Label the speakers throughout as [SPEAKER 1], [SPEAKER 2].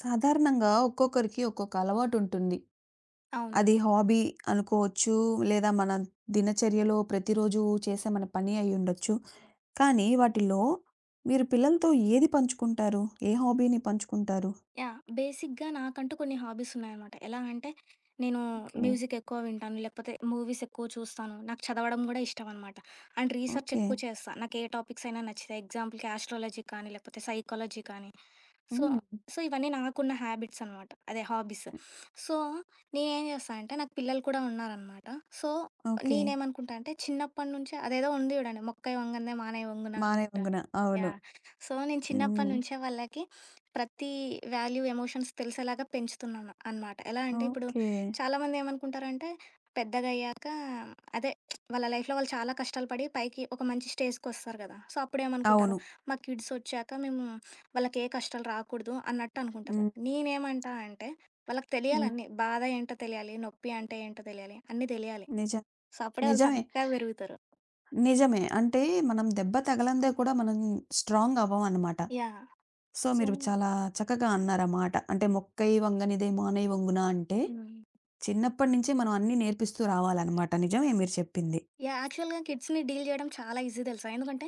[SPEAKER 1] సాధారణంగా ఒక్కొక్కరికి ఒక్కొక్క అలవాటు ఉంటుంది.
[SPEAKER 2] అవును.
[SPEAKER 1] అది హాబీ అనుకోవచ్చు. లేదా మన దినచర్యలో ప్రతిరోజు చేసే మన పని అయ్యుండొచ్చు. కానీ వాటిలో మీరు పిల్లలతో ఏది పంచుకుంటారు? ఏ హాబీని పంచుకుంటారు?
[SPEAKER 2] యాహ్! బేసిక్‌గా నాకంటూ కొన్ని హాబీస్ ఉన్నాయన్నమాట. ఎలా అంటే నేను
[SPEAKER 1] ఓకే.
[SPEAKER 2] మ్యూజిక్ ఎక్కువ వింటాను. లేకపోతే మూవీస్ ఎక్కువ చూస్తాను. నాకు చదవడం గూడా ఇష్టమనమాట. And research
[SPEAKER 1] okay.
[SPEAKER 2] ఎక్కువ చేస్తా. నాకు ఏ టాపిక్స్ అయినా నచ్చితే ఎగ్జాంపుల్‌కి ఆస్ట్రాలజీ కానీ, లేకపోతే సైకాలజీ కానీ. సో,
[SPEAKER 1] హ్మ్.
[SPEAKER 2] సో, ఇవన్నీ నాకున్న హ్యాబిట్స్ అనమాట. అదే హాబీస్. సో, నేనేం చేస్తా అంటే నాకు పిల్లలు కూడా ఉన్నారనమాట. So,
[SPEAKER 1] okay.
[SPEAKER 2] నేనేమనుకుంటా అంటే చిన్నప్పటి నుంచే అదేదో ఉంది చూడండి. "మొక్కై వంగనిదే మానై వంగునా" అన్నట్టు.
[SPEAKER 1] మానేవంగున. అవును.
[SPEAKER 2] యాహ్! సో, నేను చిన్నప్పటి
[SPEAKER 1] హ్మ్.
[SPEAKER 2] నుంచే వాళ్ళకి ప్రతి వాల్యూ, ఎమోషన్స్ తెలిసేలాగా పెంచుతున్నాను అనమాట. ఎలా అంటే ఇప్పుడు
[SPEAKER 1] ఓకే.
[SPEAKER 2] చాలామంది ఏమనుకుంటారంటే పెద్దగయ్యాక అదే వాళ్ళ లైఫ్‌లో వాళ్ళు చాలా కష్టాలు పడి పైకి ఒక మంచి స్టేజ్‌కొస్తారు కదా! సో, అప్పుడేమనుకుంటారు
[SPEAKER 1] అవును.
[SPEAKER 2] మా కిడ్స్ ఒచ్చాక మేము వాళ్ళకి ఏ కష్టాలు రాకూడదు అన్నట్టు అనుకుంటారు.
[SPEAKER 1] హ్మ్.
[SPEAKER 2] నేనేమంటా అంటే వాళ్ళకి తెలియాలి
[SPEAKER 1] హ్మ్.
[SPEAKER 2] అన్నీ. బాధ ఏంటో తెలియాలి, నొప్పి అంటే ఏంటో తెలియాలి, అన్నీ తెలియాలి.
[SPEAKER 1] నిజం.
[SPEAKER 2] సో, అప్పుడే వాళ్ళు
[SPEAKER 1] నిజమే.
[SPEAKER 2] చక్కగా పెరుగుతారు.
[SPEAKER 1] నిజమే. అంటే మనం దెబ్బ తగలందే కూడా మనం స్ట్రాంగ్ అవ్వమనమాట.
[SPEAKER 2] యాహ్!
[SPEAKER 1] So,
[SPEAKER 2] so.
[SPEAKER 1] మీరు చాలా చక్కగా అన్నారమాట. అంటే "మొక్కై వంగనిదే మానై వంగునా" అంటే
[SPEAKER 2] హ్మ్.
[SPEAKER 1] చిన్నప్పటి నుంచే మనం అన్నీ నేర్పిస్తూ రావాలనమాట. నిజమే మీరు చెప్పింది.
[SPEAKER 2] యాహ్! యాక్చువల్‌గా కిడ్స్‌ని డీల్ జేయడం చాలా ఈజీ తెలుసా? ఎందుకంటే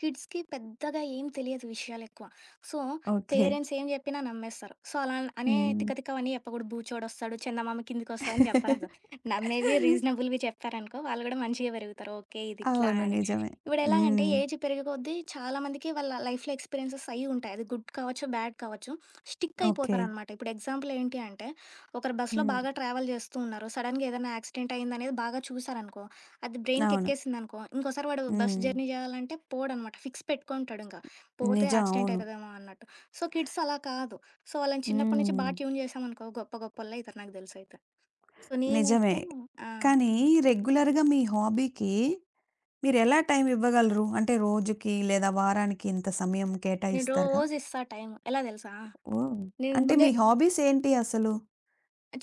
[SPEAKER 2] కిడ్స్‌కి పెద్దగా ఏం తెలియదు విషయాలెక్కువ. So,
[SPEAKER 1] okay.
[SPEAKER 2] పేరెంట్స్ ఏం జెప్పినా నమ్మేస్తారు. సో, అలా అనే
[SPEAKER 1] హ్మ్.
[SPEAKER 2] తిక్క తిక్కవన్నీ జెప్పకూడదు. బూచోడొస్తాడు, చందమామ కిందికొస్తదని జెప్పరాదు. నమ్మేవి రీజనబుల్‌వి చెప్పారనుకో వాళ్ళు గూడా మంచిగా పెరుగుతారు. ఓకే. ఇదిట్లా
[SPEAKER 1] అవును.
[SPEAKER 2] అని.
[SPEAKER 1] నిజమే.
[SPEAKER 2] ఇప్పుడెలాగంటే
[SPEAKER 1] హ్మ్.
[SPEAKER 2] ఏజ్ పెరిగే కొద్దీ చాలా మందికి వాళ్ళ లైఫ్‌లో ఎక్స్‌పీరియన్సెస్ అయ్యి ఉంటాయి. అది గుడ్ కావచ్చు, బ్యాడ్ కావచ్చు. Stick
[SPEAKER 1] okay.
[SPEAKER 2] అయిపోతారనమాట. ఇప్పుడు ఎగ్జాంపుల్ ఏంటి అంటే ఒకరు బస్‌లో
[SPEAKER 1] హ్మ్.
[SPEAKER 2] బాగా ట్రావెల్ జేస్తూ ఉన్నారు. సడెన్‌గా ఏదైనా యాక్సిడెంట్ అయిందనేది బాగా చూసారనుకో అది
[SPEAKER 1] అవును.
[SPEAKER 2] బ్రెయిన్‌కెక్కేసిందనుకో, ఇంకోసారి వాడు బస్
[SPEAKER 1] హ్మ్.
[SPEAKER 2] జర్నీ జేయాలంటే పోడనమాట. ఫిక్స్ పెట్టుకుంటాడింకా. పోతే
[SPEAKER 1] నిజం.
[SPEAKER 2] యాక్సిడెంట్
[SPEAKER 1] అవును.
[SPEAKER 2] అయితదేమో అన్నట్టు. సో, కిడ్స్ అలా కాదు. సో, వాళ్ళని చిన్నప్పటి నుంచి బా
[SPEAKER 1] హ్మ్.
[SPEAKER 2] ట్యూన్ జేశామనుకో గొప్ప గొప్పోళ్ళైతారు నాకు దెలిసైతే. సో, నేనైతే.
[SPEAKER 1] నిజమే.
[SPEAKER 2] ఆ!
[SPEAKER 1] కానీ రెగ్యులర్‌గా మీ హాబీకి మీరెలా టైం ఇవ్వగలరు? అంటే రోజుకి లేదా వారానికి ఇంత సమయం
[SPEAKER 2] నేను
[SPEAKER 1] కేటాయిస్తారుగా?
[SPEAKER 2] రోజిస్తా టైము. ఎలా దెలుసా?
[SPEAKER 1] ఓహ్!
[SPEAKER 2] నేను
[SPEAKER 1] అంటే
[SPEAKER 2] ముందే
[SPEAKER 1] మీ హాబీస్ ఏంటి అసలు?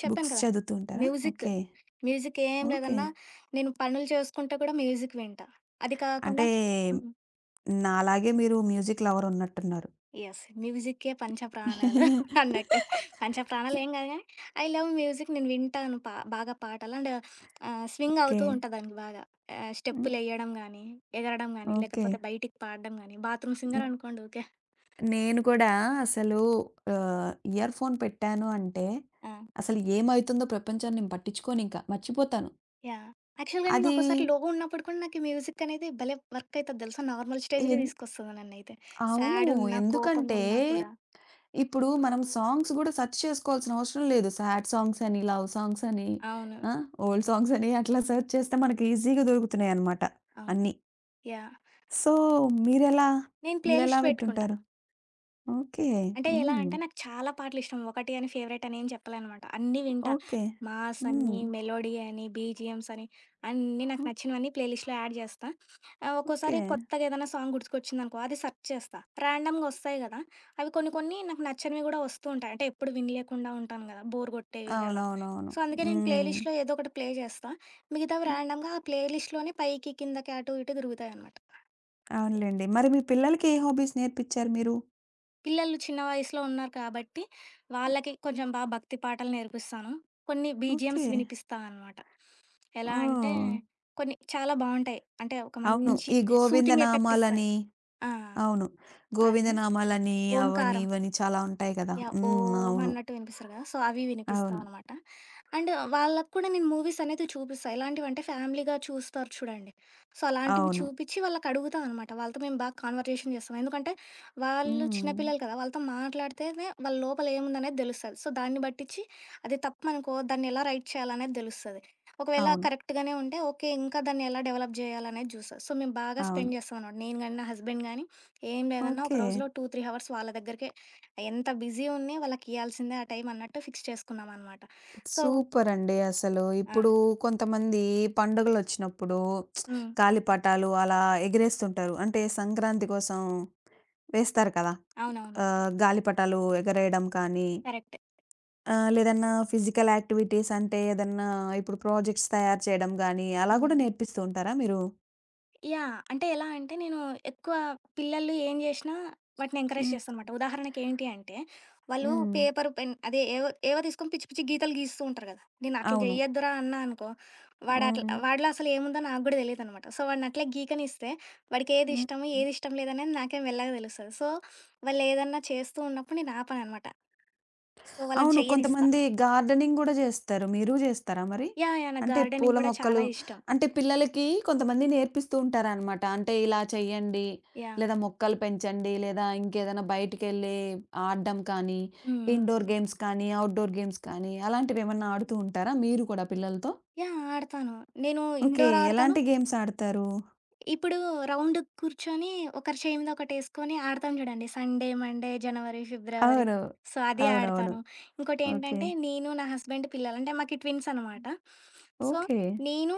[SPEAKER 2] చెప్పాను
[SPEAKER 1] బుక్స్
[SPEAKER 2] కదా!
[SPEAKER 1] చదువుతూ ఉంటారా?
[SPEAKER 2] మ్యూజిక్.
[SPEAKER 1] ఓకే.
[SPEAKER 2] మ్యూజిక్ ఏం
[SPEAKER 1] ఓకే.
[SPEAKER 2] లేదన్నా నేను పనులు చేసుకుంటూ కూడా మ్యూజిక్ వింటా. అది కాకుండా.
[SPEAKER 1] అంటే
[SPEAKER 2] హ్మ్.
[SPEAKER 1] నాలాగే మీరు మ్యూజిక్ లవర్ ఉన్నట్టున్నారు.
[SPEAKER 2] యెస్. మ్యూజిక్కే పంచప్రాణాలు అన్నట్టు. పంచప్రాణాలు ఏం కాదు గానీ, ఐ లవ్ మ్యూజిక్ నేను వింటాను బాగా పాటలు. And swing
[SPEAKER 1] okay.
[SPEAKER 2] అవుతూ ఉంటా దానికి బాగా.
[SPEAKER 1] హ్మ్.
[SPEAKER 2] స్టెప్పులెయ్యడం గానీ, ఎగరడం గానీ,
[SPEAKER 1] ఓకే.
[SPEAKER 2] లేకపోతే బయటికి పాడడం గానీ, బాత్రూమ్ సింగర్
[SPEAKER 1] హ్మ్.
[SPEAKER 2] అనుకోండి ఊకే.
[SPEAKER 1] నేను కూడా అసలు ఆహ్, ఇయర్ ఫోన్ పెట్టాను అంటే
[SPEAKER 2] ఆ!
[SPEAKER 1] అసలు ఏమైతుందో ప్రపంచాన్ని నేను పట్టించుకోనింక. మర్చిపోతాను.
[SPEAKER 2] యాహ్! యాక్చువల్‌గా నేను
[SPEAKER 1] అది
[SPEAKER 2] ఒక్కోసారి లో‌గా ఉన్నప్పుడు కూడా నాకు మ్యూజిక్ అనేది భలే వర్క్ అయితది తెలుసా! నార్మల్ స్టేజ్‌కి
[SPEAKER 1] ఎన్
[SPEAKER 2] తీసుకొస్తది నన్నైతే.
[SPEAKER 1] అవును.
[SPEAKER 2] సాడున్నా,
[SPEAKER 1] ఎందుకంటే
[SPEAKER 2] కోపంగున్నా కూడా.
[SPEAKER 1] ఇప్పుడు మనం సాంగ్స్ గూడా సెర్చ్ చేసుకోవాల్సిన అవసరం లేదు. సాడ్ సాంగ్స్ అని, లవ్ సాంగ్స్ అని,
[SPEAKER 2] అవును.
[SPEAKER 1] ఆ! ఓల్డ్ సాంగ్స్ అని అట్లా సెర్చ్ చేస్తే మనకి ఈజీగా దొరుకుతున్నాయన్నమాట
[SPEAKER 2] అవును.
[SPEAKER 1] అన్నీ.
[SPEAKER 2] యాహ్!
[SPEAKER 1] సో, మీరెలా?
[SPEAKER 2] నేను ప్లే
[SPEAKER 1] మీరెలా
[SPEAKER 2] లిస్ట్ పెట్టుకుంటా.
[SPEAKER 1] వింటుంటారు? ఓకే.
[SPEAKER 2] అంటే ఎలా
[SPEAKER 1] హ్మ్.
[SPEAKER 2] అంటే నాకు చాలా పాటలిష్టం. ఒకటి అని ఫేవరెట్ అని ఏం చెప్పలేనమాట. అన్నీ వింటా.
[SPEAKER 1] ఓకే.
[SPEAKER 2] మాస్ అని,
[SPEAKER 1] హ్మ్.
[SPEAKER 2] మెలోడీ అని, బీజీఎమ్స్ అని అన్నీ నాకు
[SPEAKER 1] ఓ
[SPEAKER 2] నచ్చినవన్నీ ప్లే లిస్ట్‌లో యాడ్ చేస్తా. ఒక్కోసారి
[SPEAKER 1] ఓకే.
[SPEAKER 2] కొత్తగా ఏదైనా సాంగ్ గుర్తుకొచ్చిందనుకో అది సెర్చ్ చేస్తా. రాండమ్‌గా వస్తాయి గదా! అవి కొన్ని కొన్ని నాకు నచ్చనివి గూడా వస్తూ ఉంటాయి. అంటే ఎప్పుడు వినలేకుండా ఉంటాను గదా! బోర్ గొట్టేవి అలా.
[SPEAKER 1] అవునవునవును.
[SPEAKER 2] సో, అందుకే నేను ప్లే
[SPEAKER 1] హ్మ్.
[SPEAKER 2] లిస్ట్‌లో ఏదో ఒకటి ప్లే చేస్తా. మిగతావి
[SPEAKER 1] హ్మ్.
[SPEAKER 2] రాండమ్‌గా ఆ ప్లే లిస్ట్‌లోనే పైకి, కిందకి అటు ఇటు తిరుగుతాయనమాట.
[SPEAKER 1] అవునులెండి. మరి మీ పిల్లలకి ఏ హాబీస్ నేర్పిచ్చారు మీరు?
[SPEAKER 2] పిల్లలు చిన్న వయసులో ఉన్నారు కాబట్టి, వాళ్ళకి కొంచెం బా భక్తి పాటలు నేర్పిస్తాను. కొన్ని
[SPEAKER 1] ఓకే.
[SPEAKER 2] బీజీఎమ్స్ వినిపిస్తా అనమాట. ఎలా అంటే
[SPEAKER 1] ఓహ్!
[SPEAKER 2] కొన్ని చాలా బావుంటాయి. అంటే ఒక
[SPEAKER 1] అవును.
[SPEAKER 2] మంచి
[SPEAKER 1] ఈ
[SPEAKER 2] సూతింగ్ ఎఫెక్ట్ ఇస్తాయి.
[SPEAKER 1] గోవిందనామాలని
[SPEAKER 2] ఆ!
[SPEAKER 1] అవును.
[SPEAKER 2] అవి.
[SPEAKER 1] గోవిందనామాలని అవని,
[SPEAKER 2] ఓంకారం.
[SPEAKER 1] ఇవని చాలా ఉంటాయి కదా!
[SPEAKER 2] యాహ్!
[SPEAKER 1] హ్మ్.
[SPEAKER 2] ఓం
[SPEAKER 1] అవును.
[SPEAKER 2] అన్నట్టు వినిపిస్తారు కదా! సో, అవి వినిపిస్తా
[SPEAKER 1] అవును.
[SPEAKER 2] అనమాట. అండ్ వాళ్ళకి కూడా నేను మూవీస్ అనేది చూపిస్తా. ఎలాంటివంటే ఫ్యామిలీగా చూస్తారు చూడండి. సో, అలాంటివి
[SPEAKER 1] అవును.
[SPEAKER 2] చూపిచ్చి వాళ్ళకి అడుగుతా అనమాట. వాళ్ళతో మేము బాగా కాన్వర్జేషన్ చేస్తాం. ఎందుకంటే వాళ్ళు
[SPEAKER 1] హ్మ్.
[SPEAKER 2] చిన్నపిల్లలు కదా! వాళ్ళతో మాట్లాడితేనే వాళ్ళ లోపల ఏముందనేది తెలుస్తది. సో, దాన్ని బట్టిచ్చి అది తప్పనుకో దాన్ని ఎలా రైట్ చేయాలనేది తెలుస్తది. ఒకవేళ
[SPEAKER 1] అవును.
[SPEAKER 2] కరెక్ట్‌గానే ఉంటే ఓకే. ఇంకా దాన్ని ఎలా డెవలప్ చేయాలనేది చూస్తా. సో, మేము బాగా
[SPEAKER 1] అవును.
[SPEAKER 2] స్పెండ్ చేస్తామనమాట. నేను గాని, నా హస్బెండ్ గాని ఏం లేదన్నా ఒక
[SPEAKER 1] ఓకే.
[SPEAKER 2] రోజులో 2, 3 హవర్స్ వాళ్ళ దగ్గరికే ఎంత బిజీ ఉన్ని వాళ్ళకియ్యాల్సిందే ఆ టైం అన్నట్టు ఫిక్స్ చేసుకున్నామనమాట. సో. ఓకే.
[SPEAKER 1] సూపరండి అసలు.
[SPEAKER 2] ఆ!
[SPEAKER 1] ఇప్పుడు కొంతమంది పండుగలొచ్చినప్పుడు
[SPEAKER 2] హ్మ్.
[SPEAKER 1] గాలిపటాలు అలా ఎగిరేస్తుంటారు. అంటే సంక్రాంతి కోసం వేస్తారు కదా!
[SPEAKER 2] అవునవును.
[SPEAKER 1] ఆహ్, గాలిపటాలు ఎగరేయడం కానీ,
[SPEAKER 2] కరెక్ట్.
[SPEAKER 1] ఆహ్, లేదన్నా ఫిజికల్ యాక్టివిటీస్ అంటే ఏదన్నా ఇప్పుడు ప్రాజెక్ట్స్ తయారు చేయడం గానీ, అలా గూడా
[SPEAKER 2] హ్మ్.
[SPEAKER 1] నేర్పిస్తూ ఉంటారా మీరు?
[SPEAKER 2] యాహ్! అంటే ఎలా అంటే నేను ఎక్కువ పిల్లలు ఏం చేసినా వాటిని ఎంకరేజ్
[SPEAKER 1] హ్మ్.
[SPEAKER 2] చేస్తానమాట. ఉదాహరణకి ఏంటి అంటే వాళ్ళు
[SPEAKER 1] హ్మ్.
[SPEAKER 2] పేపర్, పెన్ అదే ఏవో ఏవో తీసుకొని పిచ్చి పిచ్చి గీతలు గీస్తూ ఉంటారు కదా! నేను అట్లా
[SPEAKER 1] అవును.
[SPEAKER 2] చేయొద్దురా అన్నా అనుకో వాడు అట్లా
[SPEAKER 1] హ్మ్.
[SPEAKER 2] వాడిలో అసలు ఏముందో నాకు కూడా తెలీదనమాట. సో, వాడిని అట్లే గీకనిస్తే వాడికి ఏది
[SPEAKER 1] హ్మ్.
[SPEAKER 2] ఇష్టము, ఏది ఇష్టం లేదనేది నాకే మెల్లగా తెలుస్తది. సో, వాళ్ళు ఏదన్నా చేస్తూ ఉన్నప్పుడు నేను ఆపననమాట. సో, వాళ్ళని హుహు.
[SPEAKER 1] అవును.
[SPEAKER 2] చెయ్యనిస్తా.
[SPEAKER 1] కొంతమంది గార్డెనింగ్ గూడా జేస్తారు. మీరు జేస్తారా మరి?
[SPEAKER 2] యాహ్! యాహ్! నాకు
[SPEAKER 1] అంటే
[SPEAKER 2] గార్డెనింగ్
[SPEAKER 1] పూల
[SPEAKER 2] కూడా చాలా
[SPEAKER 1] మొక్కలు
[SPEAKER 2] ఇష్టం.
[SPEAKER 1] అంటే పిల్లలకి కొంతమంది నేర్పిస్తూ ఉంటారనమాట. అంటే ఇలా చెయ్యండి,
[SPEAKER 2] యాహ్!
[SPEAKER 1] లేదా మొక్కలు పెంచండి, లేదా ఇంకేదైనా బయటికెళ్ళి ఆడడం కానీ,
[SPEAKER 2] హ్మ్. హ్మ్.
[SPEAKER 1] ఇండోర్ గేమ్స్ కానీ, ఔట్‌డోర్ గేమ్స్ కానీ అలాంటివేమన్నా ఆడుతూ ఉంటారా మీరు కూడా పిల్లలతో?
[SPEAKER 2] యాహ్! ఆడతాను. నేను
[SPEAKER 1] ఓకే.
[SPEAKER 2] ఇండోర్ ఆడతాను.
[SPEAKER 1] ఎలాంటి గేమ్స్ ఆడతారు?
[SPEAKER 2] ఇప్పుడు రౌండ్ కూర్చొని ఒకరి చేయి మీద ఒకటేసుకొని ఆడతాం చూడండి. Sunday, Monday, January, February.
[SPEAKER 1] అవును.
[SPEAKER 2] సో, అది
[SPEAKER 1] అవునవును.
[SPEAKER 2] ఆడతాను.
[SPEAKER 1] ఓకే.
[SPEAKER 2] ఇంకోటేంటంటే నేను, నా హస్బెండ్, పిల్లలు అంటే మాకి ట్విన్స్ అనమాట. So,
[SPEAKER 1] okay.
[SPEAKER 2] నేను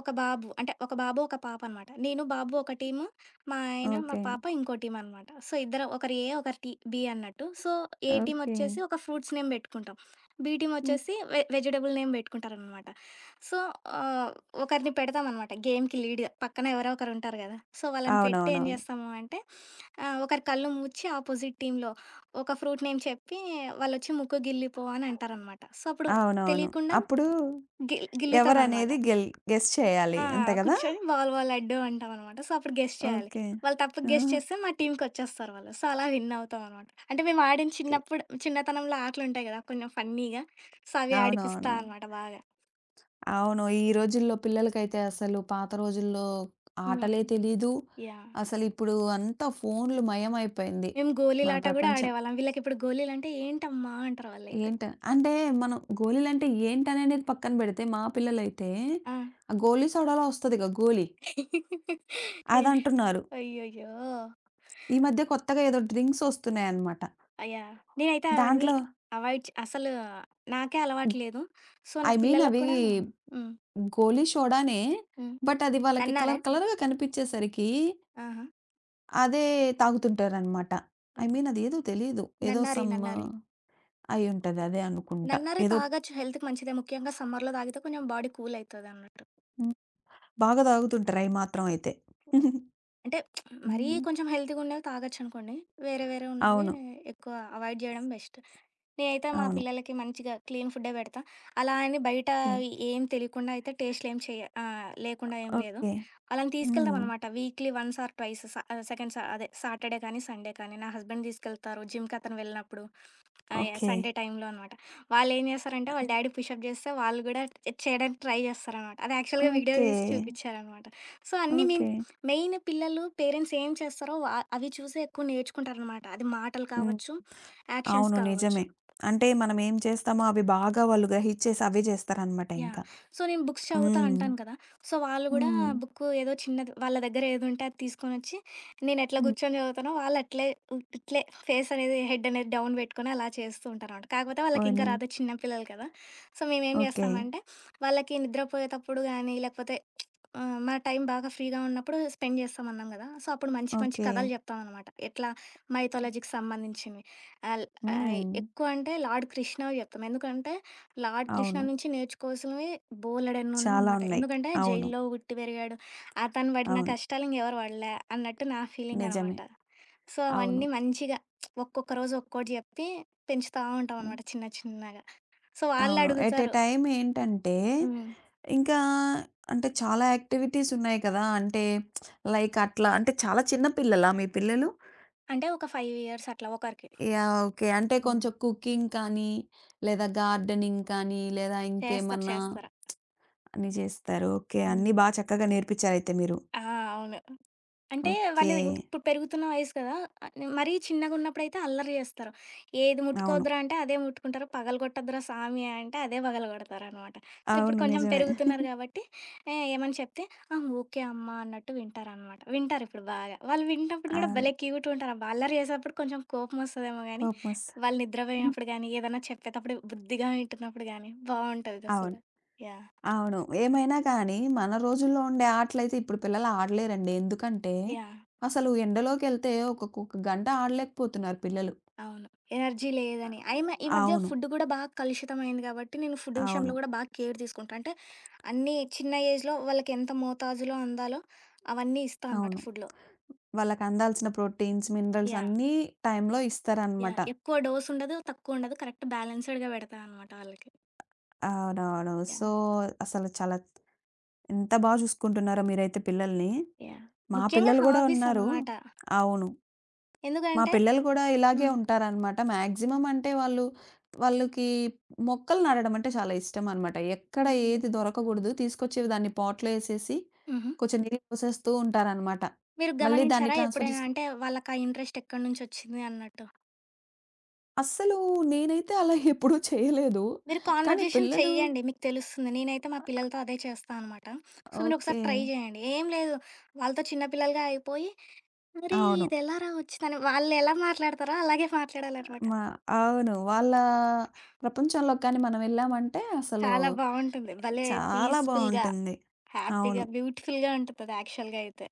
[SPEAKER 2] ఒక బాబు అంటే ఒక బాబు, ఒక పాప అనమాట. నేను, బాబు ఒక టీము, మా ఆయన, మా
[SPEAKER 1] ఓకే.
[SPEAKER 2] పాప ఇంకో టీమ్ అనమాట. సో, ఇద్దరం ఒకరు ఏ, ఒకరు టి బి అన్నట్టు. So, A
[SPEAKER 1] okay.
[SPEAKER 2] టీమొచ్చేసి ఒక ఫ్రూట్స్ నేమ్ పెట్టుకుంటాం. బి
[SPEAKER 1] హ్మ్.
[SPEAKER 2] టీమొచ్చేసి వెజిటబుల్ నేమ్ పెట్టుకుంటారనమాట. సో, ఆహ్, ఒకరిని పెడతామనమాట గేమ్‌కి లీడ్‌గా. పక్కన ఎవరో ఒకరుంటారు గదా! సో, వాళ్ళని పెట్టి ఏం
[SPEAKER 1] అవునవునవును.
[SPEAKER 2] జేస్తాము అంటే ఒకరి కళ్ళు మూచి ఆపోజిట్ టీమ్‌లో ఒక ఫ్రూట్ నేమ్ చెప్పి వాళ్ళొచ్చి "ముక్కు గిల్లిపో" అని అంటారనమాట. సో, అప్పుడు
[SPEAKER 1] అవునవును.
[SPEAKER 2] తెలియకుండా
[SPEAKER 1] అప్పుడు
[SPEAKER 2] గిల్లుతామనమాట.
[SPEAKER 1] ఎవరనేది గెల్ గెస్ చేయాలి.
[SPEAKER 2] ఆ!
[SPEAKER 1] అంతే గదా!
[SPEAKER 2] కూర్చొని "వాల్ వాల్ లడ్డు" అంటామనమాట. సో, అప్పుడు గెస్ చేయాలి.
[SPEAKER 1] ఓకే.
[SPEAKER 2] వాళ్ళు తప్పుగా
[SPEAKER 1] ఆ!
[SPEAKER 2] గెస్ చేస్తే మా టీమ్‌కొచ్చేస్తారు వాళ్ళు. సో, అలా విన్ అవుతామనమాట. అంటే మేము ఆడిన
[SPEAKER 1] ఓకే.
[SPEAKER 2] చిన్నప్పుడు చిన్నతనంలో ఆటలుంటాయి గదా! కొంచెం ఫన్నీగా. సో, అవి ఆడిపిస్తా
[SPEAKER 1] అవునవును.
[SPEAKER 2] అనమాట బాగా.
[SPEAKER 1] అవును. ఈ రోజుల్లో పిల్లలకైతే అసలు పాత రోజుల్లో ఆటలే
[SPEAKER 2] హ్మ్.
[SPEAKER 1] తెలీదు.
[SPEAKER 2] యాహ్!
[SPEAKER 1] అసలిప్పుడు అంతా ఫోన్లు మయమైపోయింది
[SPEAKER 2] మేము
[SPEAKER 1] మన
[SPEAKER 2] గోలీలాట గూడా
[SPEAKER 1] ప్రపంచం.
[SPEAKER 2] ఆడేవాళ్ళం. వీళ్ళకిప్పుడు గోలీలంటే ఏంటమ్మా అంటారు వాళ్ళైతే.
[SPEAKER 1] ఏంట అంటే మనం గోలీలంటే ఏంటననేది పక్కన పెడితే మా పిల్లలైతే
[SPEAKER 2] ఆ!
[SPEAKER 1] ఆ గోలీ సోడాలో వస్తదిగా గోలీ అదంటున్నారు.
[SPEAKER 2] అయ్యయ్యో!
[SPEAKER 1] ఈ మధ్య కొత్తగా ఏదో డ్రింక్స్ వస్తున్నాయన్నమాట.
[SPEAKER 2] యాహ్! నేనైతే అవన్నీ
[SPEAKER 1] దాంట్లో
[SPEAKER 2] అవాయిడ్ చే అసలు నాకే అలవాటు లేదు. సో,
[SPEAKER 1] ఐ
[SPEAKER 2] నా
[SPEAKER 1] మీన్
[SPEAKER 2] పిల్లలకి
[SPEAKER 1] అవి
[SPEAKER 2] కూడా. హ్మ్.
[SPEAKER 1] గోలీ సోడానే.
[SPEAKER 2] హ్మ్.
[SPEAKER 1] బట్ అది వాళ్ళకి
[SPEAKER 2] నన్నారా?
[SPEAKER 1] కలర్ కలర్‌గా కనిపిచ్చేసరికి
[SPEAKER 2] ఆహా!
[SPEAKER 1] అదే తాగుతుంటారనమాట. I
[SPEAKER 2] yeah!
[SPEAKER 1] మీన్ అదేదో తెలీదు. ఏదో
[SPEAKER 2] నన్నారి,
[SPEAKER 1] సమ్
[SPEAKER 2] నన్నారి.
[SPEAKER 1] అయ్యుంటది. అదే అనుకుంటా.
[SPEAKER 2] నన్నారి
[SPEAKER 1] ఏదో
[SPEAKER 2] తాగొచ్చు, హెల్త్‌కి మంచిదే. ముఖ్యంగా సమ్మర్‌లో తాగితే కొంచెం బాడీ కూల్ అయితదన్నట్టు.
[SPEAKER 1] హ్మ్. బాగా తాగుతుంటారు అయి మాత్రం అయితే.
[SPEAKER 2] అంటే మరీ
[SPEAKER 1] హ్మ్.
[SPEAKER 2] కొంచెం హెల్తీ‌గున్నవి తాగొచ్చనుకోండి. వేరే వేరే ఉన్నవి
[SPEAKER 1] అవును.
[SPEAKER 2] ఎక్కువ అవాయిడ్ జేయడం బెస్ట్. నేనైతే మా
[SPEAKER 1] అవును.
[SPEAKER 2] పిల్లలకి మంచిగా క్లీన్ ఫుడ్డే పెడతా. అలా అని బయట
[SPEAKER 1] ఓకే.
[SPEAKER 2] ఏం తెలియకుండా అయితే టేస్ట్‌లేం లేకుండా ఏం లేదు.
[SPEAKER 1] ఓకే.
[SPEAKER 2] వాళ్ళని
[SPEAKER 1] హ్మ్.
[SPEAKER 2] తీసుకెళ్తామనమాట. Weekly once or twice second అదే సాటర్‌డే కానీ, సండే కానీ నా హస్బెండ్ తీసుకెళ్తారు. జిమ్‌కి అతను వెళ్ళినప్పుడు యాహ్!
[SPEAKER 1] ఓకే.
[SPEAKER 2] సండే టైంలో అనమాట. వాళ్ళేం చేస్తారంటే వాళ్ళ డ్యాడీ పుషప్ చేస్తే వాళ్ళు కూడా చేయడానికి ట్రై చేస్తారనమాట. అది యాక్చువల్‌గా వీడియో
[SPEAKER 1] ఓకే.
[SPEAKER 2] తీసి చూపించారనమాట. సో, అన్నీ మేము
[SPEAKER 1] ఓకే.
[SPEAKER 2] మెయిన్ పిల్లలు పేరెంట్స్ ఏం చేస్తారో అవి చూసే ఎక్కువ నేర్చుకుంటారనమాట. అది మాటలు
[SPEAKER 1] హ్మ్.
[SPEAKER 2] కావచ్చు, యాక్షన్స్
[SPEAKER 1] అవును. నిజమే.
[SPEAKER 2] కావచ్చు.
[SPEAKER 1] అంటే మనం ఏం చేస్తామో అవి బాగా వాళ్ళు గ్రహిచ్చేసి అవే చేస్తారనమాట
[SPEAKER 2] యాహ్!
[SPEAKER 1] ఇంకా.
[SPEAKER 2] సో, నేను బుక్స్ చదువుతా
[SPEAKER 1] హ్మ్.
[SPEAKER 2] అంటాను కదా! సో, వాళ్ళు గూడా
[SPEAKER 1] హ్మ్.
[SPEAKER 2] బుక్కు ఏదో చిన్నది వాళ్ళ దగ్గర ఏదుంటే అది తీసుకొనొచ్చి, నేనెట్లా
[SPEAKER 1] హ్మ్.
[SPEAKER 2] కూర్చొని చదువుతానో వాళ్ళట్లే ఇట్లే ఫేస్ అనేది, హెడ్ అనేది డౌన్ బెట్టుకొని అలా చేస్తూ ఉంటారనమాట. కాకపోతే వాళ్ళకింకా
[SPEAKER 1] పోనీ
[SPEAKER 2] రాదు, చిన్న పిల్లలు కదా! సో, మేమేం
[SPEAKER 1] ఓకే.
[SPEAKER 2] జేస్తామంటే, వాళ్ళకి నిద్రపోయేతప్పుడు గానీ, లేకపోతే ఆ! మన టైం బాగా ఫ్రీగా ఉన్నప్పుడు స్పెండ్ చేస్తామన్నాం గదా! సో, అప్పుడు మంచి మంచి
[SPEAKER 1] ఓకే.
[SPEAKER 2] కథలు చెప్తామనమాట. ఎట్లా మైథాలజీకి సంబంధించినవి. ఆల్ ఓహ్!
[SPEAKER 1] హ్మ్.
[SPEAKER 2] ఎక్కువ అంటే లార్డ్ కృష్ణవి చెప్తాం. ఎందుకంటే, లార్డ్ కృష్ణ
[SPEAKER 1] అవును.
[SPEAKER 2] నుంచి నేర్చుకోవాల్సినవి
[SPEAKER 1] చాలా
[SPEAKER 2] బోలెడన్నున్నాయనమాట.
[SPEAKER 1] ఉన్నాయి.
[SPEAKER 2] ఎందుకంటే,
[SPEAKER 1] అవును.
[SPEAKER 2] జైల్లో పుట్టి పెరిగాడు. అతను పడిన
[SPEAKER 1] అవును.
[SPEAKER 2] కష్టాలు ఇంకెవరు పడలే అన్నట్టు నా
[SPEAKER 1] నిజమే.
[SPEAKER 2] ఫీలింగనమాట. సో,
[SPEAKER 1] అవును.
[SPEAKER 2] అవన్నీ మంచిగా ఒక్కొక్క రోజు ఒక్కోటి చెప్పి పెంచుతా
[SPEAKER 1] హ్మ్.
[SPEAKER 2] ఉంటామనమాట చిన్న చిన్నగా. సో,
[SPEAKER 1] అవును. At a
[SPEAKER 2] వాళ్ళడుగుతారు.
[SPEAKER 1] టైమ్ ఏంటంటే,
[SPEAKER 2] హ్మ్.
[SPEAKER 1] ఇంకా అంటే చాలా యాక్టివిటీస్ ఉన్నాయి కదా! అంటే లైక్ అట్లా అంటే చాలా చిన్న పిల్లలా మీ పిల్లలు?
[SPEAKER 2] అంటే ఒక 5 ఇయర్స్ అట్లా ఒకరికి.
[SPEAKER 1] యాహ్! ఓకే. అంటే
[SPEAKER 2] హ్మ్.
[SPEAKER 1] కొంచెం కుకింగ్ కానీ, లేదా గార్డెనింగ్ కానీ, లేదా
[SPEAKER 2] చేస్తారు.
[SPEAKER 1] ఇంకేమన్నా
[SPEAKER 2] చేస్తారు.
[SPEAKER 1] అని చేస్తారు. ఓకే. అన్నీ
[SPEAKER 2] హ్మ్.
[SPEAKER 1] బా చక్కగా నేర్పించారయితే మీరు.
[SPEAKER 2] ఆ! అవును. అంటే
[SPEAKER 1] ఓకే.
[SPEAKER 2] వాళ్ళు ఇంక ఇప్పుడు పెరుగుతున్న వయసు కదా! మరీ చిన్నగున్నప్పుడైతే అల్లరి చేస్తారు. ఏది
[SPEAKER 1] అవును.
[SPEAKER 2] ముట్టుకోవద్దురా అంటే అదే ముట్టుకుంటారు. పగలగొట్టొద్దురా సామి అంటే అదే పగలగొడతారనమాట. సో, ఇప్పుడు
[SPEAKER 1] అవును.
[SPEAKER 2] కొంచెం
[SPEAKER 1] నిజమే.
[SPEAKER 2] పెరుగుతున్నారు కాబట్టి ఏమని చెప్తే ఆ! ఓకే అమ్మ అన్నట్టు వింటారనమాట. వింటారు ఇప్పుడు బాగా. వాళ్ళు వింటప్పుడు కూడా
[SPEAKER 1] అవును.
[SPEAKER 2] భలే క్యూట్ ఉంటారబ్బా! అల్లరి చేసేటప్పుడు కొంచెం కోపం వస్తదేమో గానీ,
[SPEAKER 1] కోపమొస్త
[SPEAKER 2] వాళ్ళు
[SPEAKER 1] హ్మ్.
[SPEAKER 2] నిద్రపోయినప్పుడు గానీ, ఏదన్నా చెప్పేటప్పుడు బుద్ధిగా వింటున్నప్పుడు గానీ
[SPEAKER 1] అవును.
[SPEAKER 2] బావుంటదసలు. యాహ్!
[SPEAKER 1] అవును. ఏమైనా కానీ మన రోజుల్లో ఉండే ఆటలైతే ఇప్పుడు పిల్లలు ఆడలేరండి. ఎందుకంటే,
[SPEAKER 2] యాహ్!
[SPEAKER 1] అసలు ఎండలోకెళ్తే ఒకొక్కొక్క గంట ఆడలేకపోతున్నారు పిల్లలు.
[SPEAKER 2] అవును. ఎనర్జీ లేదని. ఈ మధ్య
[SPEAKER 1] అవును.
[SPEAKER 2] ఫుడ్ గూడా బాగా కలుషితమైంది గాబట్టి, నేను ఫుడ్
[SPEAKER 1] అవును.
[SPEAKER 2] విషయంలో గూడా బాగా కేర్ తీసుకుంటా. అంటే అన్నీ చిన్న ఏజ్‌లో వాళ్ళకెంత మోతాజులో అందాలో అవన్నీ ఇస్తా అనమాట
[SPEAKER 1] అవును.
[SPEAKER 2] ఫుడ్‌లో.
[SPEAKER 1] వాళ్ళకందాల్సిన ప్రోటీన్స్, మినరల్స్
[SPEAKER 2] యాహ్!
[SPEAKER 1] అన్నీ టైంలో ఇస్తారనమాట.
[SPEAKER 2] యాహ్! ఎక్కువ డోస్ ఉండదు, తక్కువ ఉండదు. కరెక్ట్ బ్యాలెన్స్‌డ్‌గా పెడతా అనమాట వాళ్ళకి.
[SPEAKER 1] అవునవును. So,
[SPEAKER 2] yeah!
[SPEAKER 1] అసలు చాలా ఎంత బా చూసుకుంటున్నారో మీరైతే పిల్లల్ని.
[SPEAKER 2] యాహ్!
[SPEAKER 1] మా
[SPEAKER 2] ముఖ్యంగా
[SPEAKER 1] పిల్లలు గూడా
[SPEAKER 2] హాబీస్
[SPEAKER 1] ఉన్నారు.
[SPEAKER 2] అనమాట.
[SPEAKER 1] అవును. మా
[SPEAKER 2] ఎందుకంటే.
[SPEAKER 1] పిల్లలు కూడా ఇలాగే
[SPEAKER 2] హ్మ్.
[SPEAKER 1] ఉంటారనమాట. మాక్సిమం అంటే వాళ్ళు వాళ్ళకి మొక్కలు నాటడం అంటే చాలా ఇష్టం అనమాట. ఎక్కడ ఏది దొరకకూడదు తీసుకొచ్చేవి దాన్ని పాట్‌లో ఏసేసి,
[SPEAKER 2] హుహు.
[SPEAKER 1] కొంచెం నీళ్ళు పోసేస్తూ ఉంటారనమాట.
[SPEAKER 2] మీరు
[SPEAKER 1] మళ్ళీ దాన్ని
[SPEAKER 2] గమనించారా
[SPEAKER 1] ట్రాన్స్‌ఫర్
[SPEAKER 2] ఎప్పుడైనా?
[SPEAKER 1] చేసుకు
[SPEAKER 2] అంటే వాళ్ళకా ఇంట్రెస్ట్ ఎక్కడి నుంచొచ్చింది అన్నట్టు.
[SPEAKER 1] అస్సలు నేనైతే అలా ఎప్పుడూ చేయలేదు.
[SPEAKER 2] మీరు
[SPEAKER 1] కానీ
[SPEAKER 2] కాన్వర్జేషన్
[SPEAKER 1] పిల్లలు
[SPEAKER 2] చెయ్యండి. మీకు తెలుస్తుంది. నేనైతే మా పిల్లలతో అదే చేస్తా అనమాట. సో, మీరొకసారి
[SPEAKER 1] ఓకే.
[SPEAKER 2] ట్రై జేయండి. ఏం లేదు. వాళ్ళతో చిన్న పిల్లలుగా అయిపోయి, "అరేయ్!
[SPEAKER 1] అవును.
[SPEAKER 2] ఇదెలారా వచ్చిందని" వాళ్ళెలా మాట్లాడతారో అలాగే మాట్లాడాలనమాట.
[SPEAKER 1] మా అవును. వాళ్ళ ప్రపంచంలోకి కానీ మనం వెళ్ళామంటే అసలు
[SPEAKER 2] చాలా బావుంటుంది. భలే
[SPEAKER 1] చాలా
[SPEAKER 2] పీస్‌ఫుల్‌గా,
[SPEAKER 1] బావుంటుంది.
[SPEAKER 2] హ్యాపీగా,
[SPEAKER 1] అవును.
[SPEAKER 2] బ్యూటిఫుల్‌గా ఉంటదది యాక్చువల్‌గా అయితే.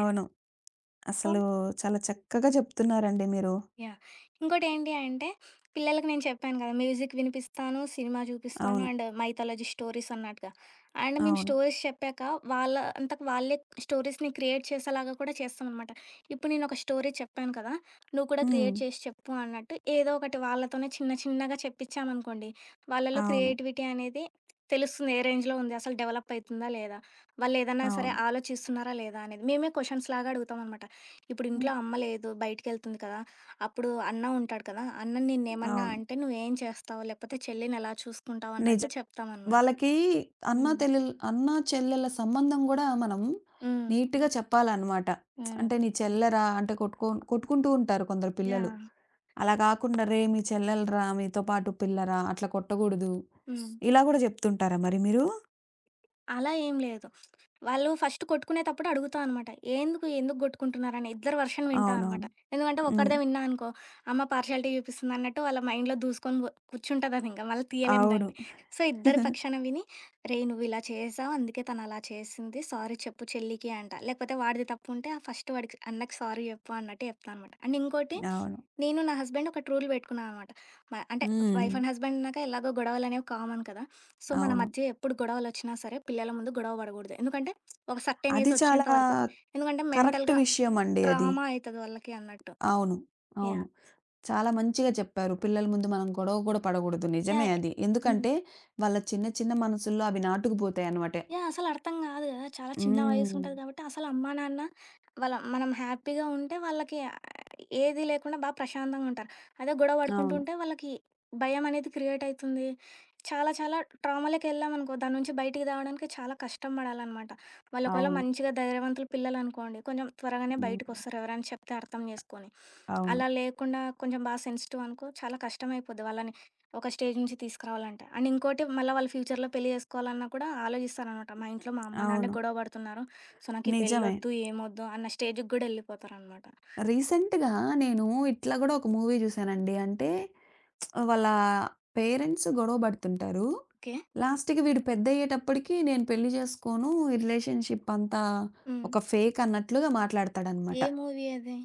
[SPEAKER 2] యాహ్! సో.
[SPEAKER 1] అసలు చాలా చక్కగా చెప్తున్నారండి మీరు.
[SPEAKER 2] యాహ్! ఇంకోటేంటి అంటే, పిల్లలకి నేను చెప్పాను కదా! మ్యూజిక్ వినిపిస్తాను, సినిమా చూపిస్తాను
[SPEAKER 1] అవును.
[SPEAKER 2] అండ్ మైథాలజీ స్టోరీస్ అన్నట్టుగా. అండ్ మేము
[SPEAKER 1] అవును.
[SPEAKER 2] స్టోరీస్ చెప్పాక, వాళ్ళ అంతకు వాళ్ళే స్టోరీస్‌ని క్రియేట్ చేసేలాగా కూడా చేస్తామనమాట. ఇప్పుడు నేనొక స్టోరీ చెప్పాను కదా! నువ్వు కూడా హ్మ్.
[SPEAKER 1] హ్మ్.
[SPEAKER 2] క్రియేట్ చేసి చెప్పు అన్నట్టు, ఏదో ఒకటి వాళ్ళతోనే చిన్న చిన్నగా చెప్పించామనుకోండి, వాళ్ళలో
[SPEAKER 1] అవును.
[SPEAKER 2] క్రియేటివిటీ అనేది తెలుస్తుంది. ఏ రేంజ్‌లో ఉంది, అసలు డెవలప్ అయితుందా లేదా? వాళ్ళేదన్నా అవును. సరే
[SPEAKER 1] అవును.
[SPEAKER 2] ఆలోచిస్తున్నారా లేదా అనేది. మేమే క్వెషన్స్‌లాగా అడుగుతామనమాట. ఇప్పుడు
[SPEAKER 1] హ్మ్.
[SPEAKER 2] ఇంట్లో హ్మ్. అమ్మ లేదు, బయటికెళ్తుంది కదా! అప్పుడు అన్న ఉంటాడు కదా! అన్న నిన్నేమన్నా
[SPEAKER 1] అవును.
[SPEAKER 2] అంటే నువ్వేం చేస్తావు? లేకపోతే చెల్లిని ఎలా చూసుకుంటావు? అన్నట్టు
[SPEAKER 1] నిజం.
[SPEAKER 2] చెప్తామనమాట.
[SPEAKER 1] వాళ్ళకి
[SPEAKER 2] హ్మ్.
[SPEAKER 1] అన్నా, చెల్లెళ్ళ సంబంధం గూడా మనం
[SPEAKER 2] హ్మ్.
[SPEAKER 1] నీట్‌గా చెప్పాలనమాట. అంటే
[SPEAKER 2] హ్మ్.
[SPEAKER 1] నీ చెల్లెరా అంటే కొట్టుకుంటూ ఉంటారు కొందరు పిల్లలు.
[SPEAKER 2] యాహ్!
[SPEAKER 1] అలా గాకుండా "రేయ్! మీ చెల్లెలురా, మీతో పాటు పిల్లరా, అట్లా కొట్టగూడదు."
[SPEAKER 2] హ్మ్.
[SPEAKER 1] ఇలా గూడా జెప్తుంటారా మరి మీరు?
[SPEAKER 2] అలా ఏం లేదు. వాళ్ళు ఫస్ట్ కొట్టుకునేటప్పుడు అడుగుతా అనమాట. "ఎందుకు, ఎందుకు గొట్టుకుంటున్నారని?" ఇద్దరి వెర్షన్ వింటా అనమాట.
[SPEAKER 1] అవునవును.
[SPEAKER 2] ఎందుకంటే
[SPEAKER 1] హ్మ్.
[SPEAKER 2] ఒక్కడిదే విన్నా అనుకో, అమ్మ పార్షియాలిటీ చూపిస్తుందన్నట్టు వాళ్ళ మైండ్‌లో దూసుకొని కూర్చుంటదదింక. మళ్ళీ తీయలేము
[SPEAKER 1] అవును.
[SPEAKER 2] దాన్ని. సో, ఇద్దరి పక్షాన విని, "రేయ్! నువ్విలా చేశావు. అందుకే తనలా చేసింది. సారీ చెప్పు చెల్లికి" అంట. లేకపోతే వాడిది తప్పుంటే ఫస్ట్ వాడికి అన్నకి సారీ చెప్పు అన్నట్టు చెప్తా అనమాట. అండ్ ఇంకోటి,
[SPEAKER 1] అవును.
[SPEAKER 2] నేను నా హస్బెండ్ ఒకటి రూల్ పెట్టుకున్నాం అనమాట. అంటే
[SPEAKER 1] హ్మ్.
[SPEAKER 2] వైఫ్ అండ్ హస్బెండ్ అన్నాక ఎలాగో గొడవలనేవి కామన్ కదా! సో, మన
[SPEAKER 1] అవును.
[SPEAKER 2] మధ్య ఎప్పుడు గొడవలొచ్చినా సరే పిల్లల ముందు గొడవ పడగూడదు. ఎందుకంటే, ఒక సర్టెన్
[SPEAKER 1] అది
[SPEAKER 2] ఏజ్
[SPEAKER 1] చాలా
[SPEAKER 2] ఒచ్చేంత వరకు. ఎందుకంటే,
[SPEAKER 1] కరెక్ట్
[SPEAKER 2] మెంటల్‌గా
[SPEAKER 1] విషయం అండి అది.
[SPEAKER 2] ట్రామా అయితది వాళ్ళకి అన్నట్టు.
[SPEAKER 1] అవును. అవును.
[SPEAKER 2] యాహ్!
[SPEAKER 1] చాలా మంచిగా చెప్పారు. పిల్లల ముందు మనం గొడవ గూడా పడగూడదు. నిజమే
[SPEAKER 2] యాహ్!
[SPEAKER 1] అది.
[SPEAKER 2] హ్మ్.
[SPEAKER 1] ఎందుకంటే, వాళ్ళ చిన్న చిన్న మనసుల్లో అవి నాటుకుపోతాయన్నమాట.
[SPEAKER 2] యాహ్! అసలర్థం గాదు గదా! చాలా చిన్న
[SPEAKER 1] హ్మ్.
[SPEAKER 2] వయసుంటది కాబట్టి, అసలు అమ్మా, నాన్న వాళ్ళ మనం హ్యాపీగా ఉంటే వాళ్ళకి ఏది లేకుండా బా ప్రశాంతంగుంటారు. అదే గొడవ
[SPEAKER 1] అవును.
[SPEAKER 2] పడుకుంటుంటే వాళ్ళకి భయమనేది క్రియేట్ అయితుంది. చాలా చాలా ట్రామాలకెళ్ళామనుకో, దాని నుంచి బయటికి రావడానికి చాలా కష్టం పడాలనమాట. వాళ్ళు ఒకవేళ
[SPEAKER 1] అవును.
[SPEAKER 2] మంచిగా ధైర్యవంతులు పిల్లలనుకోండి, కొంచెం త్వరగానే
[SPEAKER 1] హ్మ్.
[SPEAKER 2] బయటకొస్తారు ఎవరైనా చెప్తే అర్థం చేసుకొని.
[SPEAKER 1] అవును.
[SPEAKER 2] అలా లేకుండా కొంచెం బాగా సెన్సిటివ్ అనుకో, చాలా కష్టమైపోద్ది వాళ్ళని ఒక స్టేజ్ నుంచి తీసుకురావాలంటే. అండ్ ఇంకోటి మళ్ళీ వాళ్ళు ఫ్యూచర్‌లో పెళ్లి చేసుకోవాలన్నా కూడా ఆలోచిస్తారనమాట. మా ఇంట్లో మా అమ్మ, నాన్న
[SPEAKER 1] అవును.
[SPEAKER 2] గొడవ పడుతున్నారు. సో, నాకు ఈ
[SPEAKER 1] నిజమే.
[SPEAKER 2] పెళ్ళొద్దు, ఏమొద్దు అన్న స్టేజ్‌కి కూడా ఎళ్ళిపోతారనమాట.
[SPEAKER 1] రీసెంట్‌గా నేను ఇట్లా గూడా ఒక మూవీ జూసానండి. అంటే, వాళ్ళ పేరెంట్స్ గొడవ బడుతుంటారు.
[SPEAKER 2] ఓకే.
[SPEAKER 1] లాస్ట్‌కి వీడు పెద్దయ్యేటప్పటికి నేను పెళ్లి జేసుకోను. ఈ రిలేషన్‌షిప్ అంతా
[SPEAKER 2] హ్మ్.
[SPEAKER 1] ఒక ఫేక్ అన్నట్లుగా
[SPEAKER 2] ఏ
[SPEAKER 1] మాట్లాడతాడనమాట.
[SPEAKER 2] మూవీ అది?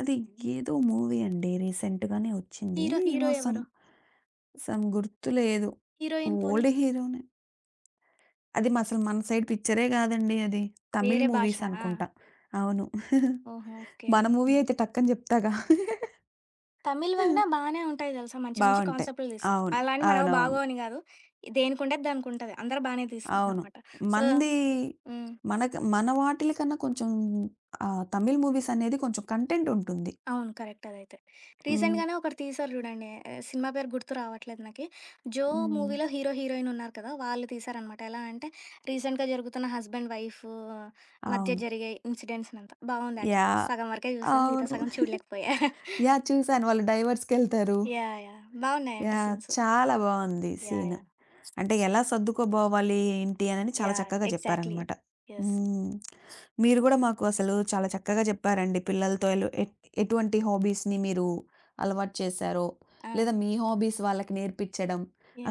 [SPEAKER 1] అది ఏదో మూవీ అండి. రీసెంట్‌గానే వచ్చింది.
[SPEAKER 2] హీరో
[SPEAKER 1] ఏమో సమ్
[SPEAKER 2] ఎవరు?
[SPEAKER 1] సమ్ గుర్తులేదు.
[SPEAKER 2] హీరోయిన్ పోనీ?
[SPEAKER 1] ఓల్డ్ హీరోనే. అది మా అసలు మన సైడ్ పిక్చరే గాదండి అది. తమిళ్
[SPEAKER 2] వేరే
[SPEAKER 1] మూవీస్
[SPEAKER 2] భాషా?
[SPEAKER 1] అనుకుంటా. అవును.
[SPEAKER 2] ఓహో! ఓకే.
[SPEAKER 1] మన మూవీ అయితే టక్కని జెప్తాగా.
[SPEAKER 2] తమిళ్‌వి గూడా బానే ఉంటాయి తెలుసా! మంచి మంచి
[SPEAKER 1] బావుంటాయి.
[SPEAKER 2] కాన్సెప్ట్‌లు తీస్తారు.
[SPEAKER 1] అవును.
[SPEAKER 2] అలా అని మనవి
[SPEAKER 1] అవునవును.
[SPEAKER 2] బాగోవని గాదు. దేనికుండేది దానికుంటది. అందరూ బానే
[SPEAKER 1] అవును.
[SPEAKER 2] తీస్తున్నారనమాట. సో.
[SPEAKER 1] మంది
[SPEAKER 2] హుహు. హ్మ్.
[SPEAKER 1] మనకు మన వాటిల కన్నా కొంచెం ఆహ్, తమిళ్ మూవీస్ అనేది కొంచెం కంటెంట్ ఉంటుంది.
[SPEAKER 2] అవును. కరెక్ట్ అదైతే.
[SPEAKER 1] హ్మ్.
[SPEAKER 2] రీసెంట్‌గానే ఒకటి తీశారు జూడండి. సినిమా పేరు గుర్తు రావట్లేదు నాకి. 'జో'
[SPEAKER 1] హ్మ్.
[SPEAKER 2] మూవీలో హీరో, హీరోయిన్ ఉన్నారు కదా! వాళ్ళు తీశారనమాట. ఎలా అంటే రీసెంట్‌గా జరుగుతున్న హస్బెండ్, వైఫ్ మధ్య
[SPEAKER 1] అవును.
[SPEAKER 2] జరిగే ఇన్సిడెంట్స్‌నంతా. బావుంది యాక్చువల్లీ.
[SPEAKER 1] యాహ్!
[SPEAKER 2] సగం వరకే చూసాను. మిగతా
[SPEAKER 1] అవును.
[SPEAKER 2] సగం చూడలేకపోయా.
[SPEAKER 1] యాహ్! చూసాను. వాళ్ళు డైవర్స్‌కెళ్తారు.
[SPEAKER 2] యాహ్! యాహ్! బావున్నాయంట
[SPEAKER 1] యాహ్!
[SPEAKER 2] సీన్స్.
[SPEAKER 1] చాలా బావుంది
[SPEAKER 2] యాహ్!
[SPEAKER 1] సీన్.
[SPEAKER 2] యాహ్!
[SPEAKER 1] అంటే ఎలా సర్దుకోబోవాలి ఏంటి అనని చాలా
[SPEAKER 2] యాహ్!
[SPEAKER 1] చక్కగా
[SPEAKER 2] ఎగ్జాక్ట్‌లీ.
[SPEAKER 1] చెప్పారనమాట.
[SPEAKER 2] యెస్.
[SPEAKER 1] హ్మ్. మీరు గూడా మాకు అసలు చాలా చక్కగా చెప్పారండి. పిల్లలతో ఎలు ఎట్ ఎటువంటి హాబీస్‌ని మీరు అలవాటు చేశారో,
[SPEAKER 2] ఆ!
[SPEAKER 1] లేదా మీ హాబీస్ వాళ్ళకి నేర్పించడం.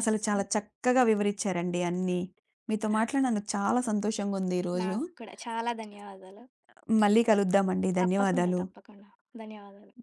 [SPEAKER 1] అసలు చాలా చక్కగా వివరిచ్చారండి అన్నీ. మీతో మాట్లాడినందుకు చాలా సంతోషంగుంది ఈరోజు.
[SPEAKER 2] నాకు కూడా చాలా ధన్యవాదాలు.
[SPEAKER 1] మళ్ళీ కలుద్దామండి.
[SPEAKER 2] తప్పకుండా.
[SPEAKER 1] ధన్యవాదాలు.
[SPEAKER 2] తప్పకుండా. ధన్యవాదాలు.